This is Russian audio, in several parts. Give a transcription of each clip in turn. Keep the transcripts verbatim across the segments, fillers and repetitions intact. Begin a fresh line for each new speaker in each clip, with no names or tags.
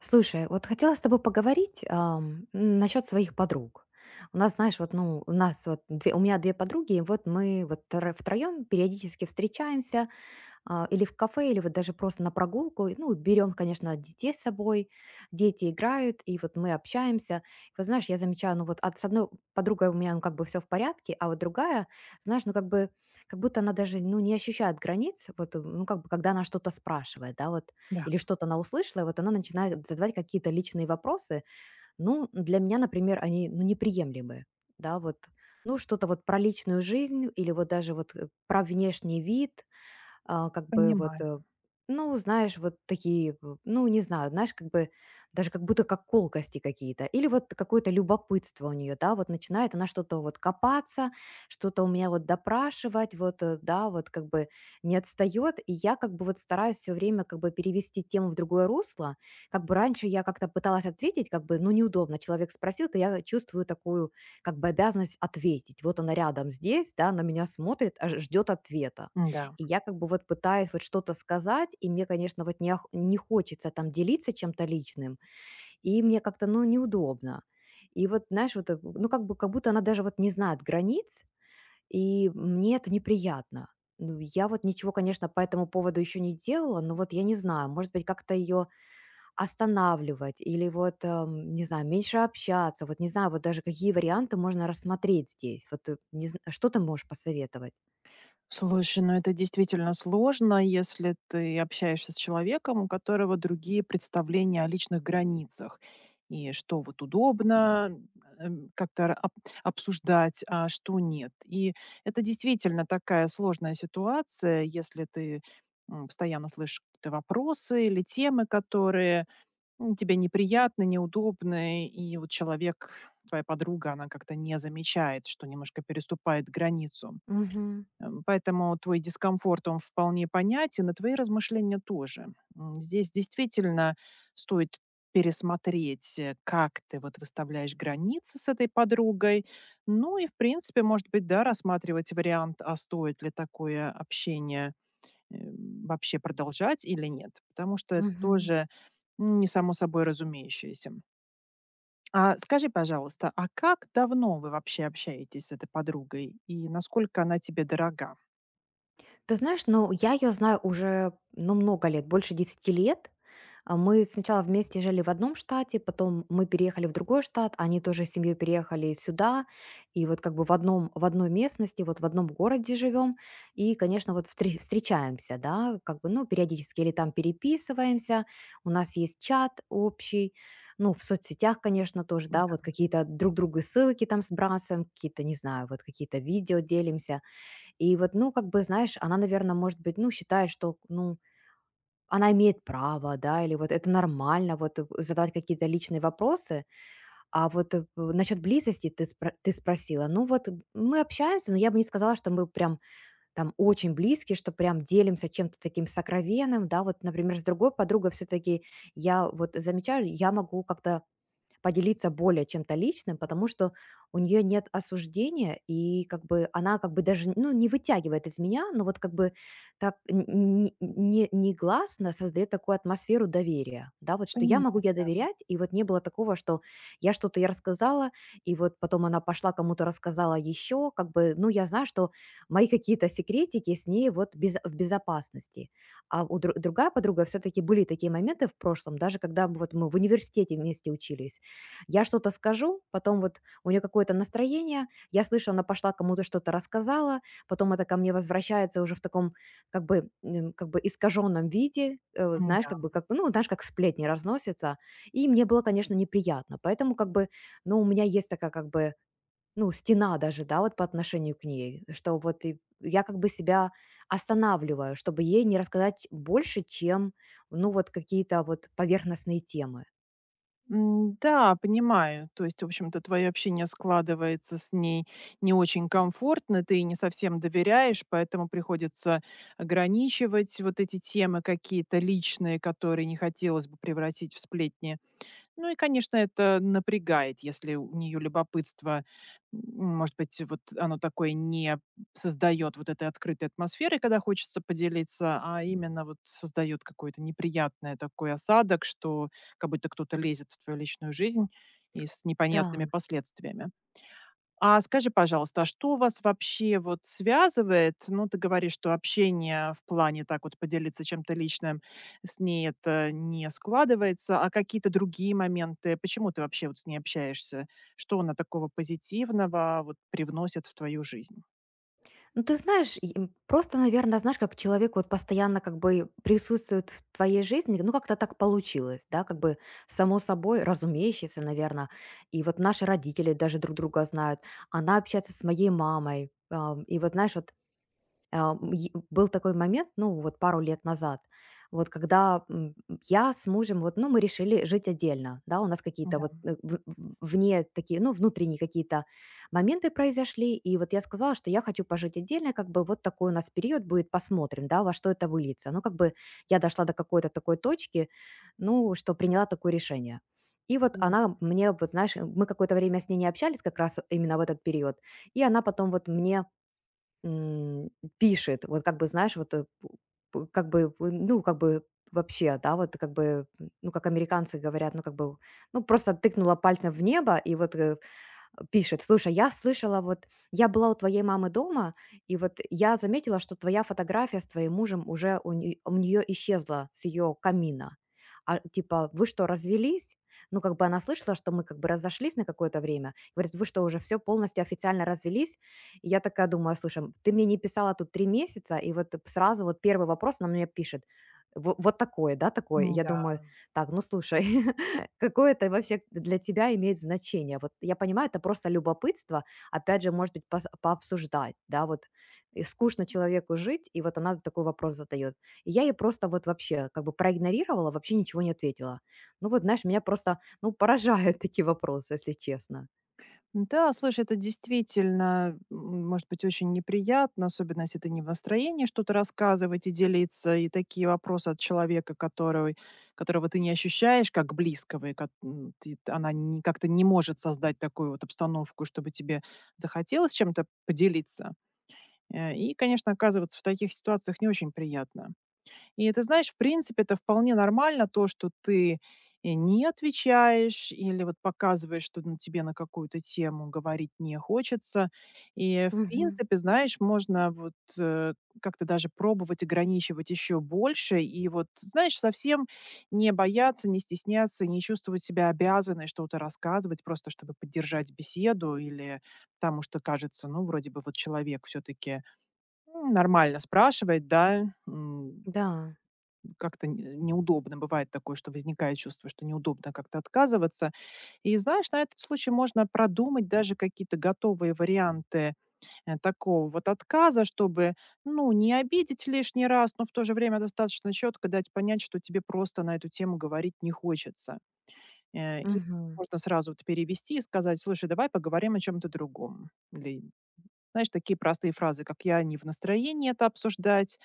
Слушай, вот хотела с тобой поговорить насчет своих подруг. У нас, знаешь, вот, ну, у нас вот две, у меня две подруги, и вот мы вот втроем периодически встречаемся, а, или в кафе, или вот даже просто на прогулку. И, Ну, берем, конечно, детей с собой, дети играют, и вот мы общаемся. Вот знаешь, я замечаю, ну вот от, с одной подругой у меня, ну, как бы все в порядке, а вот другая, знаешь, ну, как бы, как будто она даже, ну, не ощущает границ, вот, э, ну, как бы, когда она что-то спрашивает, да, вот,
Да,
или что-то она услышала, и вот она начинает задавать какие-то личные вопросы, ну, для меня, например, они, ну, неприемлемы, да, вот, ну, что-то вот про личную жизнь или вот даже вот э, про внешний вид, а, как бы вот,
понимаю.
э, ну, знаешь, вот такие, п ну, не знаю, знаешь, как бы даже как будто как колкости какие-то. Или вот какое-то любопытство у нее, да, вот начинает она что-то вот копаться, что-то у меня вот допрашивать, вот, э, да, вот как бы не отстает. И я как бы вот стараюсь все время как бы перевести тему в другое русло. Как бы раньше я как-то пыталась ответить, как бы, ну, неудобно. Человек спросил, то я чувствую такую как бы обязанность ответить. Вот она рядом здесь, да, на меня смотрит, а, ждет ответа.
Да.
И я как бы вот пытаюсь вот что-то сказать, и мне, конечно, вот не, ох- не хочется там делиться чем-то личным, и мне как-то, ну, неудобно. И вот, знаешь, вот, э, ну, как бы, как будто она даже вот не знает границ, и мне это неприятно. Ну, я вот ничего, конечно, по этому поводу еще не делала, но вот я не знаю, может быть, как-то ее останавливать или вот, эм, не знаю, меньше общаться, вот не знаю, вот даже какие варианты можно рассмотреть здесь, вот э, не зн- что ты можешь посоветовать?
Слушай, ну это действительно сложно, если ты общаешься с человеком, у которого другие представления о личных границах. И что вот удобно, эм, как-то ра- об- обсуждать, а что нет. И это действительно такая сложная ситуация, если ты м, постоянно слышишь какие-то вопросы или темы, которые, М, тебе неприятно, неудобно, и вот человек, твоя подруга, она как-то не замечает, что немножко переступает границу.
Мгм.
Эм, поэтому твой дискомфорт, он вполне понятен, и твои размышления тоже. М, здесь действительно стоит пересмотреть, э, как ты вот выставляешь границы с этой подругой. Ну и, в принципе, может быть, да, рассматривать вариант, а стоит ли такое общение э, вообще продолжать или нет, потому что это
Мгм.
тоже не само собой разумеющееся. А скажи, пожалуйста, а как давно вы вообще общаетесь с этой подругой и насколько она тебе дорога?
Ты знаешь, ну, я ее знаю уже, ну, много лет, больше десяти лет. А, мы сначала вместе жили в одном штате, потом мы переехали в другой штат, они тоже с семьей переехали сюда. И вот как бы в одном в одной местности, вот в одном городе живем. И, конечно, вот встре встречаемся, да, как бы, ну, периодически или там переписываемся. У нас есть чат общий, ну, в соцсетях, конечно, тоже, да,
Да,
вот какие-то друг другу ссылки там сбрасываем, какие-то, не знаю, вот какие-то видео делимся. И вот, ну, как бы, знаешь, она, наверное, может быть, ну, считает, что, ну, она имеет право, да, или вот это нормально, вот э, задавать какие-то личные вопросы. А вот э, в- насчет близости ты, спро- ты спросила. Ну вот э, мы общаемся, но я бы не сказала, что мы прям там очень близкие, что прям делимся чем-то таким сокровенным, да, вот, например, с другой подругой все-таки я вот замечаю, я могу как-то поделиться более чем-то личным, потому что у нее нет осуждения, и как бы она как бы даже, ну, не вытягивает из меня, но вот как бы так н- н- не- негласно создает такую атмосферу доверия, да, вот что я могу
понимаю.
я доверять, и вот не было такого, что я что-то я рассказала, и вот потом она пошла кому-то рассказала еще, как бы, ну, я знаю, что мои какие-то секретики с ней вот без- в безопасности. А у дру- другая подруга все-таки были такие моменты в прошлом, даже когда вот мы в университете вместе учились, я что-то скажу, потом вот у нее какое-то настроение, я слышу, она пошла кому-то что-то рассказала, потом это ко мне возвращается уже в таком как бы, м, как бы искаженном виде, э, знаешь, как
М-да.
бы как, ну, знаешь, как сплетни разносятся. И мне было, конечно, неприятно. Поэтому как бы, ну, у меня есть такая как бы, ну, стена даже, да, вот по отношению к ней, что вот и я как бы себя останавливаю, чтобы ей не рассказать больше, чем, ну, вот какие-то вот поверхностные темы.
М, да, понимаю. То есть, в общем-то, твое общение складывается с ней не очень комфортно, ты ей не совсем доверяешь, поэтому приходится ограничивать вот эти темы какие-то личные, которые не хотелось бы превратить в сплетни. Ну и, конечно, это напрягает, если у нее любопытство, м, может быть, вот оно такое не создает вот этой открытой атмосферы, когда хочется поделиться, а именно вот создает какой-то неприятный такой осадок, что как будто кто-то лезет в твою личную жизнь и с
Да.
непонятными последствиями. А скажи, пожалуйста, а что вас вообще вот связывает? Ну, ты говоришь, что общение в плане так вот поделиться чем-то личным с ней это не складывается. А какие-то другие моменты? Почему ты вообще вот с ней общаешься? Что она такого позитивного вот привносит в твою жизнь?
Ну, ты знаешь, и, м, просто, наверное, знаешь, как человек вот постоянно как бы присутствует в твоей жизни, ну, как-то так получилось, да, как бы само собой, разумеющееся, наверное. И вот наши родители даже друг друга знают. Она общается с моей мамой. а, И вот, знаешь, вот а, м, е был такой момент, ну, вот пару лет назад, вот когда, м, я с мужем, вот, ну, мы решили жить отдельно, да, у нас какие-то
Да,
вот, э, в в вне такие, ну, внутренние какие-то моменты произошли, и вот я сказала, что я хочу пожить отдельно, как бы вот такой у нас период будет, посмотрим, да, во что это выльется. Ну, как бы я дошла до какой-то такой точки, ну, что приняла такое решение. И вот
пони
она мне, вот знаешь, мы какое-то время с ней не общались как раз именно в этот период, и она потом вот мне М, пишет. Вот как бы, знаешь, вот, э, п п как бы, п ну, как бы вообще, да, вот как бы, м, ну, как американцы говорят, ну, как бы, ну, просто тыкнула пальцем в небо, и вот, э, пишет: "Слушай, я слышала, вот я была у твоей мамы дома, и вот я заметила, что твоя фотография с твоим мужем уже у нее исчезла с ее камина. А типа, вы что, развелись?" Ну, как бы она слышала, что мы как бы разошлись на какое-то время. Говорит: "Вы что, уже все полностью официально развелись?" И я такая думаю: "Слушай, ты мне не писала тут три месяца, и вот сразу вот первый вопрос она мне пишет. Во- Вот, такое, да, такой".
ну
Я
да.
думаю: "Так, ну слушай, Какое это вообще для тебя имеет значение? Вот я понимаю, это просто любопытство, опять же, может быть, пос- пообсуждать, да, вот и скучно человеку жить, и вот она такой вопрос задает. И я ей просто вот вообще как бы проигнорировала, вообще ничего не ответила. Ну вот, знаешь, меня просто, ну, поражают такие вопросы, если честно.
Да, слушай, это действительно, м, может быть очень неприятно, особенно если ты не в настроении что-то рассказывать и делиться, и такие вопросы от человека, который, которого ты не ощущаешь как близкого, и как, м, ты- она не, как-то не может создать такую вот обстановку, чтобы тебе захотелось чем-то поделиться. Э, И, конечно, оказываться в таких ситуациях не очень приятно. И ты знаешь, в принципе, это вполне нормально, то, что ты, э, не отвечаешь или вот показываешь, что н тебе на какую-то тему говорить не хочется. И, в
Мгм.
принципе, знаешь, можно вот, э, как-то даже пробовать ограничивать еще больше и вот, знаешь, совсем не бояться, не стесняться, не чувствовать себя обязанной что-то рассказывать, просто чтобы поддержать беседу или потому что кажется, ну, вроде бы вот человек все таки нормально спрашивает, да, м.
Да.
Как-то н неудобно. Бывает такое, что возникает чувство, что неудобно как-то отказываться. И знаешь, на этот случай можно продумать даже какие-то готовые варианты, э, такого вот отказа, чтобы, ну, не обидеть лишний раз, но в то же время достаточно четко дать понять, что тебе просто на эту тему говорить не хочется. Э, и
Мгм.
можно сразу вот перевести и сказать: "Слушай, давай поговорим о чем то другом". Или, знаешь, такие простые фразы, как: "Я не в настроении это обсуждать".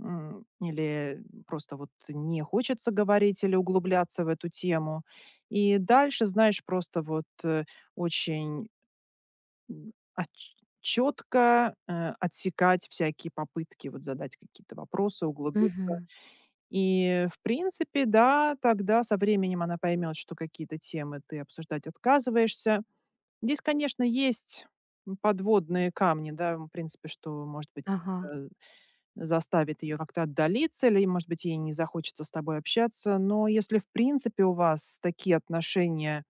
М, или просто вот не хочется говорить или углубляться в эту тему. И дальше, знаешь, просто вот, э, очень, четко, э, отсекать всякие попытки вот задать какие-то вопросы, углубиться.
Мгм.
И, в принципе, да, тогда со временем она поймет, что какие-то темы ты обсуждать отказываешься. Здесь, конечно, есть подводные камни, да, в принципе, что, может быть,
Ага.
э, заставит ее как-то отдалиться или, может быть, ей не захочется с тобой общаться. Но если, в принципе, у вас такие отношения,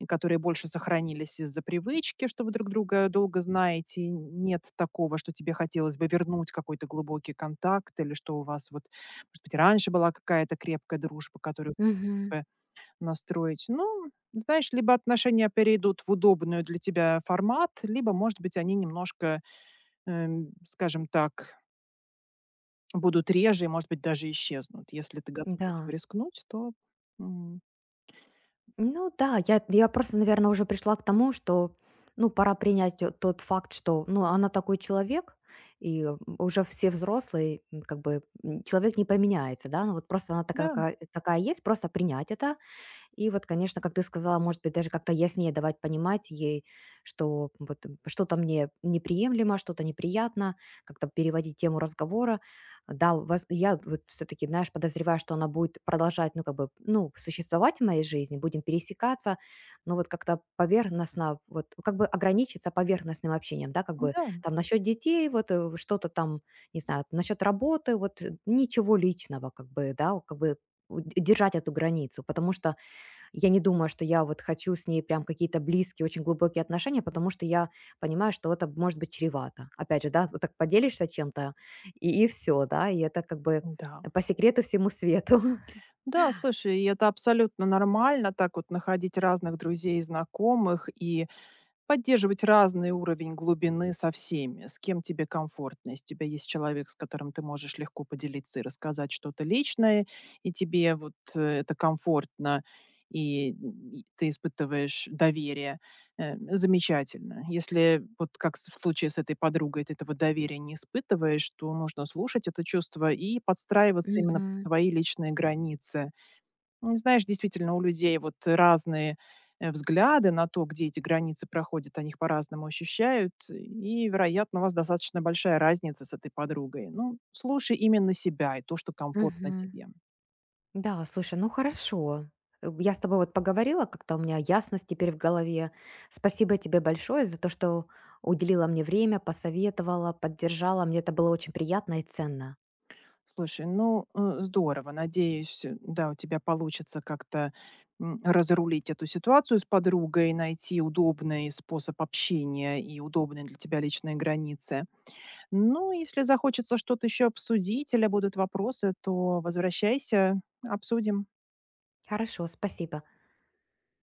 и которые больше сохранились из-за привычки, что вы друг друга долго знаете, и нет такого, что тебе хотелось бы вернуть какой-то глубокий контакт или что у вас вот, может быть, раньше была какая-то крепкая дружба, которую
Мгм.
хотелось бы настроить. Ну, знаешь, либо отношения перейдут в удобную для тебя формат, либо, может быть, они немножко, эм, скажем так, будут реже и, может быть, даже исчезнут. Если ты готова этим
Да.
рискнуть, то, м,
Ну да, я я просто, наверное, уже пришла к тому, что, ну, пора принять т тот факт, что, ну, она такой человек, и э, уже все взрослые, м, как бы, м, человек не поменяется, да. Ну вот просто она такая,
да,
какая какая есть, просто принять это и вот, конечно, как ты сказала, может быть, даже как-то яснее давать понимать ей, что вот м, что-то мне неприемлемо, что-то неприятно, как-то переводить тему разговора. Да, воз- я вот все-таки, знаешь, подозреваю, что она будет продолжать, ну, как бы, ну, существовать в моей жизни, будем пересекаться, но вот как-то поверхностно, вот как бы ограничиться поверхностным общением, да, как бы
да,
там насчет детей, вот э, что-то там, не знаю, насчет работы, вот э, ничего личного, как бы, да, как бы у- держать эту границу, потому что я не думаю, что я вот хочу с ней прям какие-то близкие, очень глубокие отношения, потому что я понимаю, что это может быть чревато. Опять же, да, вот так поделишься чем-то, и, и все, да, и это как бы
да.
по секрету всему свету.
Да, слушай, и это абсолютно нормально так вот находить разных друзей и знакомых, и поддерживать разный уровень глубины со всеми, с кем тебе комфортно. Если у тебя есть человек, с которым ты можешь легко поделиться и рассказать что-то личное, и тебе вот, э, это комфортно, и и ты испытываешь доверие, э, замечательно. Если вот как с- в случае с этой подругой ты этого доверия не испытываешь, то нужно слушать это чувство и подстраиваться именно под
Мгм.
твои личные границы. Не знаешь, действительно, у людей вот разные, э, взгляды на то, где эти границы проходят, они их по-разному ощущают, и, вероятно, у вас достаточно большая разница с этой подругой. Ну, слушай именно себя и то, что комфортно
Мгм.
тебе.
Да, слушай, ну хорошо. Э, Я с тобой вот поговорила, как-то у меня ясность теперь в голове. Спасибо тебе большое за то, что уделила мне время, посоветовала, поддержала. Мне это было очень приятно и ценно.
Слушай, ну, э, здорово. Надеюсь, э, да, у тебя получится как-то, м, разрулить эту ситуацию с подругой, найти удобный способ общения и удобные для тебя личные границы. Ну, если захочется что-то еще обсудить или будут вопросы, то возвращайся, обсудим.
Хорошо, спасибо.